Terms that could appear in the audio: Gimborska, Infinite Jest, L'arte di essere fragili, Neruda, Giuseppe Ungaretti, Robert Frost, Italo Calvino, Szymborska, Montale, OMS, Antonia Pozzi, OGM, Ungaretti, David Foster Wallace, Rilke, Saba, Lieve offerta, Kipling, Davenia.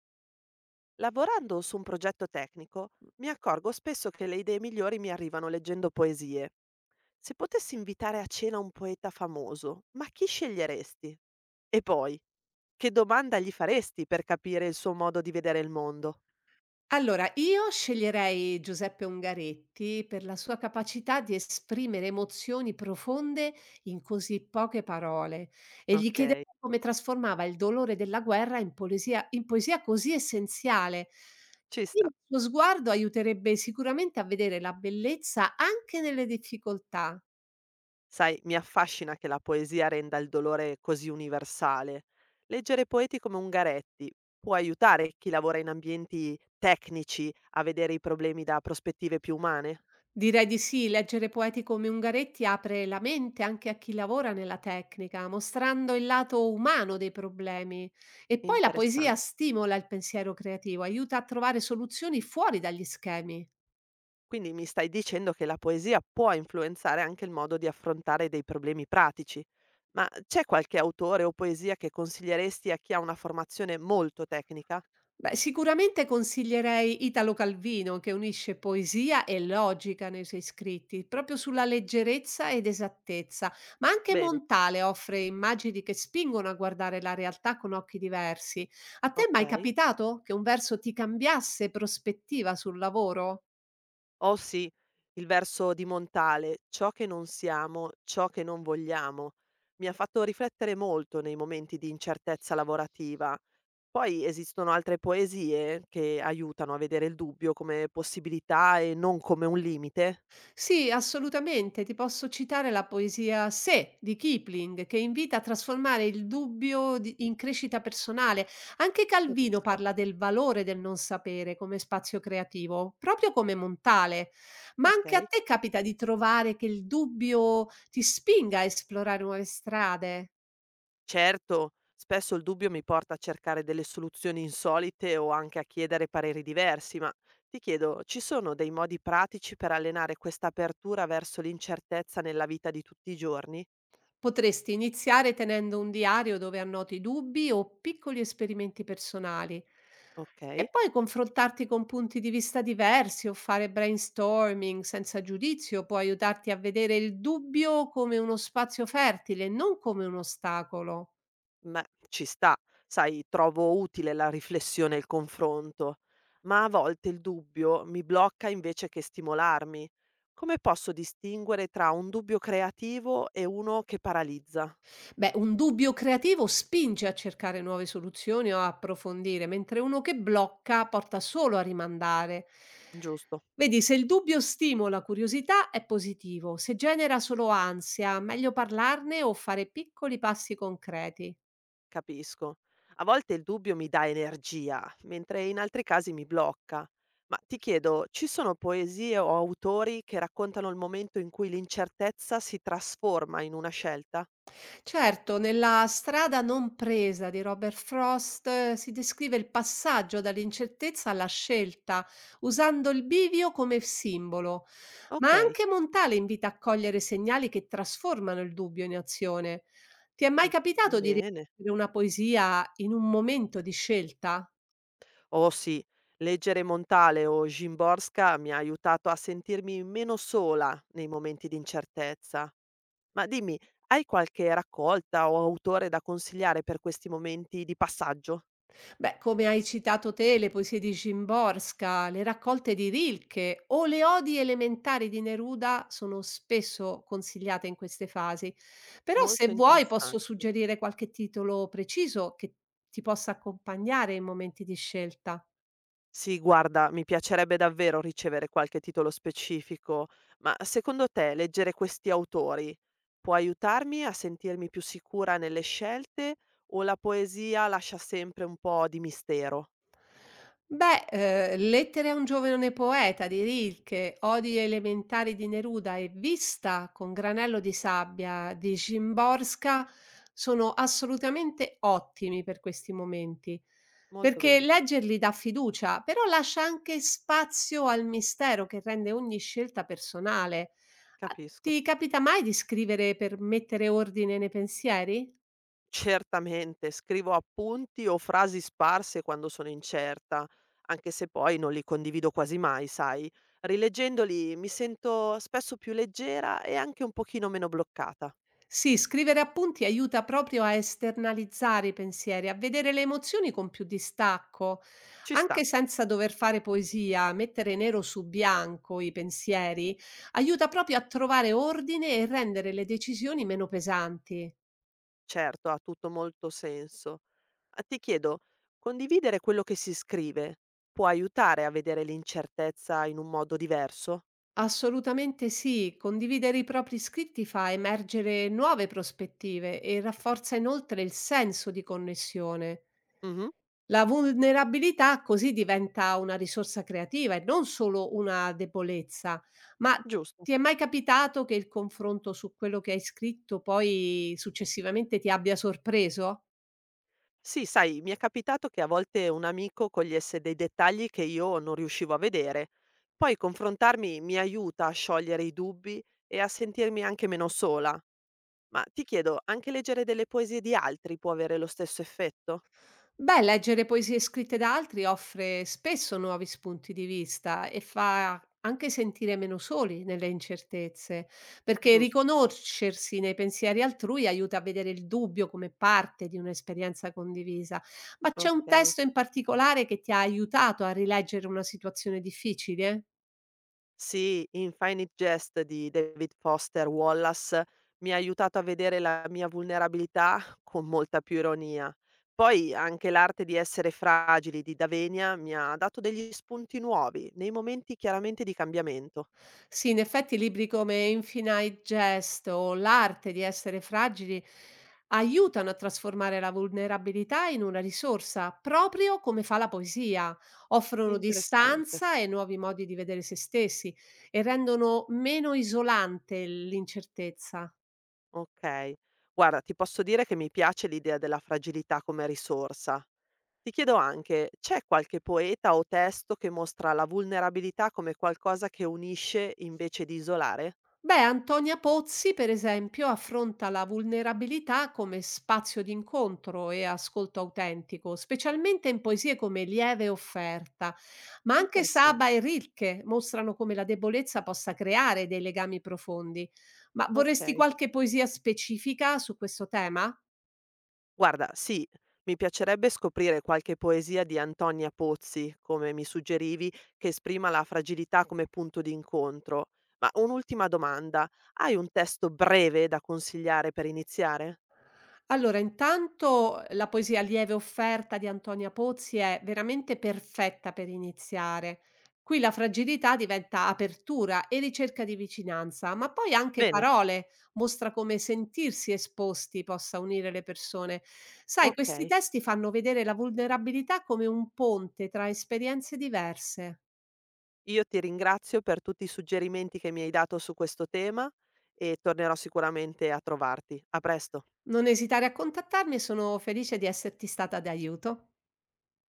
Lavorando su un progetto tecnico, mi accorgo spesso che le idee migliori mi arrivano leggendo poesie. Se potessi invitare a cena un poeta famoso, ma chi sceglieresti? E poi, che domanda gli faresti per capire il suo modo di vedere il mondo? Allora, io sceglierei Giuseppe Ungaretti per la sua capacità di esprimere emozioni profonde in così poche parole e gli chiederei Ok, come trasformava il dolore della guerra in poesia così essenziale. ci Il sta. suo sguardo aiuterebbe sicuramente a vedere la bellezza anche nelle difficoltà. Sai, mi affascina che la poesia renda il dolore così universale. Leggere poeti come Ungaretti può aiutare chi lavora in ambienti tecnici a vedere i problemi da prospettive più umane? Direi di sì, leggere poeti come Ungaretti apre la mente anche a chi lavora nella tecnica, mostrando il lato umano dei problemi. E poi la poesia Interessante. stimola il pensiero creativo, aiuta a trovare soluzioni fuori dagli schemi. Quindi mi stai dicendo che la poesia può influenzare anche il modo di affrontare dei problemi pratici. Ma c'è qualche autore o poesia che consiglieresti a chi ha una formazione molto tecnica? Beh, sicuramente consiglierei Italo Calvino, che unisce poesia e logica nei suoi scritti, proprio sulla leggerezza ed esattezza, ma anche Bene, Montale offre immagini che spingono a guardare la realtà con occhi diversi. A te è mai ok. capitato che un verso ti cambiasse prospettiva sul lavoro? Oh sì, il verso di Montale, ciò che non siamo, ciò che non vogliamo, mi ha fatto riflettere molto nei momenti di incertezza lavorativa. Poi esistono altre poesie che aiutano a vedere il dubbio come possibilità e non come un limite. Sì, assolutamente. Ti posso citare la poesia "Se" di Kipling, che invita a trasformare il dubbio di in crescita personale. Anche Calvino Capisco. parla del valore del non sapere come spazio creativo, proprio come Montale. Ma Ok. anche a te capita di trovare che il dubbio ti spinga a esplorare nuove strade? Certo, spesso il dubbio mi porta a cercare delle soluzioni insolite o anche a chiedere pareri diversi, ma ti chiedo, ci sono dei modi pratici per allenare questa apertura verso l'incertezza nella vita di tutti i giorni? Potresti iniziare tenendo un diario dove annoti dubbi o piccoli esperimenti personali Ok, e poi confrontarti con punti di vista diversi o fare brainstorming senza giudizio può aiutarti a vedere il dubbio come uno spazio fertile, non come un ostacolo. ma ci sta, sai, trovo utile la riflessione e il confronto, ma a volte il dubbio mi blocca invece che stimolarmi. Come posso distinguere tra un dubbio creativo e uno che paralizza? Beh, un dubbio creativo spinge a cercare nuove soluzioni o a approfondire, mentre uno che blocca porta solo a rimandare. Giusto. Vedi, se il dubbio stimola curiosità è positivo, se genera solo ansia, meglio parlarne o fare piccoli passi concreti. Capisco. A volte il dubbio mi dà energia, mentre in altri casi mi blocca. Ma ti chiedo, ci sono poesie o autori che raccontano il momento in cui l'incertezza si trasforma in una scelta? Certo, nella strada non presa di Robert Frost si descrive il passaggio dall'incertezza alla scelta, usando il bivio come simbolo. Ma Ok, anche Montale invita a cogliere segnali che trasformano il dubbio in azione. Ti è mai ok, capitato di bene. rileggere una poesia in un momento di scelta? Oh sì, leggere Montale o Gimborska mi ha aiutato a sentirmi meno sola nei momenti di incertezza. Ma dimmi, hai qualche raccolta o autore da consigliare per questi momenti di passaggio? Beh, come hai citato te, le poesie di Szymborska, le raccolte di Rilke o le odi elementari di Neruda sono spesso consigliate in queste fasi. Però se Molto vuoi posso interessante. suggerire qualche titolo preciso che ti possa accompagnare in momenti di scelta. Sì, guarda, mi piacerebbe davvero ricevere qualche titolo specifico, ma secondo te leggere questi autori può aiutarmi a sentirmi più sicura nelle scelte o la poesia lascia sempre un po' di mistero? Beh, "Lettere a un giovane poeta" di Rilke, "Odi elementari" di Neruda e "Vista con granello di sabbia" di Szymborska sono assolutamente ottimi per questi momenti, Molto perché bene, leggerli dà fiducia, però lascia anche spazio al mistero che rende ogni scelta personale. A capisco. ti capita mai di scrivere per mettere ordine nei pensieri? Certamente, scrivo appunti o frasi sparse quando sono incerta, anche se poi non li condivido quasi mai, sai. Rileggendoli mi sento spesso più leggera e anche un pochino meno bloccata. Sì, scrivere appunti aiuta proprio a esternalizzare i pensieri, a vedere le emozioni con più distacco, Ci sta. anche senza dover fare poesia, mettere nero su bianco i pensieri, aiuta proprio a trovare ordine e rendere le decisioni meno pesanti. Certo, ha tutto molto senso. Ah, ti chiedo, condividere quello che si scrive può aiutare a vedere l'incertezza in un modo diverso? Assolutamente sì, condividere i propri scritti fa emergere nuove prospettive e rafforza inoltre il senso di connessione. Mh-mh, La vulnerabilità così diventa una risorsa creativa e non solo una debolezza. Ma giusto. ti è mai capitato che il confronto su quello che hai scritto poi successivamente ti abbia sorpreso? Sì, sai, mi è capitato che a volte un amico cogliesse dei dettagli che io non riuscivo a vedere. Poi confrontarmi mi aiuta a sciogliere i dubbi e a sentirmi anche meno sola. Ma ti chiedo, anche leggere delle poesie di altri può avere lo stesso effetto? Beh, leggere poesie scritte da altri offre spesso nuovi spunti di vista e fa anche sentire meno soli nelle incertezze, perché Giusto, riconoscersi nei pensieri altrui aiuta a vedere il dubbio come parte di un'esperienza condivisa. Ma c'è un ok. testo in particolare che ti ha aiutato a rileggere una situazione difficile? Sì, in Infinite Jest di David Foster Wallace mi ha aiutato a vedere la mia vulnerabilità con molta più ironia. Poi anche l'arte di essere fragili di Davenia mi ha dato degli spunti nuovi nei momenti chiaramente di cambiamento. Sì, in effetti libri come Infinite Jest o L'arte di essere fragili aiutano a trasformare la vulnerabilità in una risorsa, proprio come fa la poesia. Offrono Interessante. distanza e nuovi modi di vedere se stessi e rendono meno isolante l'incertezza. Ok. Guarda, ti posso dire che mi piace l'idea della fragilità come risorsa. Ti chiedo anche, c'è qualche poeta o testo che mostra la vulnerabilità come qualcosa che unisce invece di isolare? Beh, Antonia Pozzi, per esempio, affronta la vulnerabilità come spazio di incontro e ascolto autentico, specialmente in poesie come Lieve offerta, ma anche Saba Interessante, e Rilke mostrano come la debolezza possa creare dei legami profondi. Ma vorresti okay. qualche poesia specifica su questo tema? Guarda, sì, mi piacerebbe scoprire qualche poesia di Antonia Pozzi, come mi suggerivi, che esprima la fragilità come punto d'incontro. Ma un'ultima domanda: hai un testo breve da consigliare per iniziare? Allora, intanto la poesia lieve offerta di Antonia Pozzi è veramente perfetta per iniziare. Qui la fragilità diventa apertura e ricerca di vicinanza, ma poi anche Bene, parole mostra come sentirsi esposti possa unire le persone. Sai, questi okay. testi fanno vedere la vulnerabilità come un ponte tra esperienze diverse. Io ti ringrazio per tutti i suggerimenti che mi hai dato su questo tema e tornerò sicuramente a trovarti. A presto. Non esitare a contattarmi, sono felice di esserti stata d'aiuto.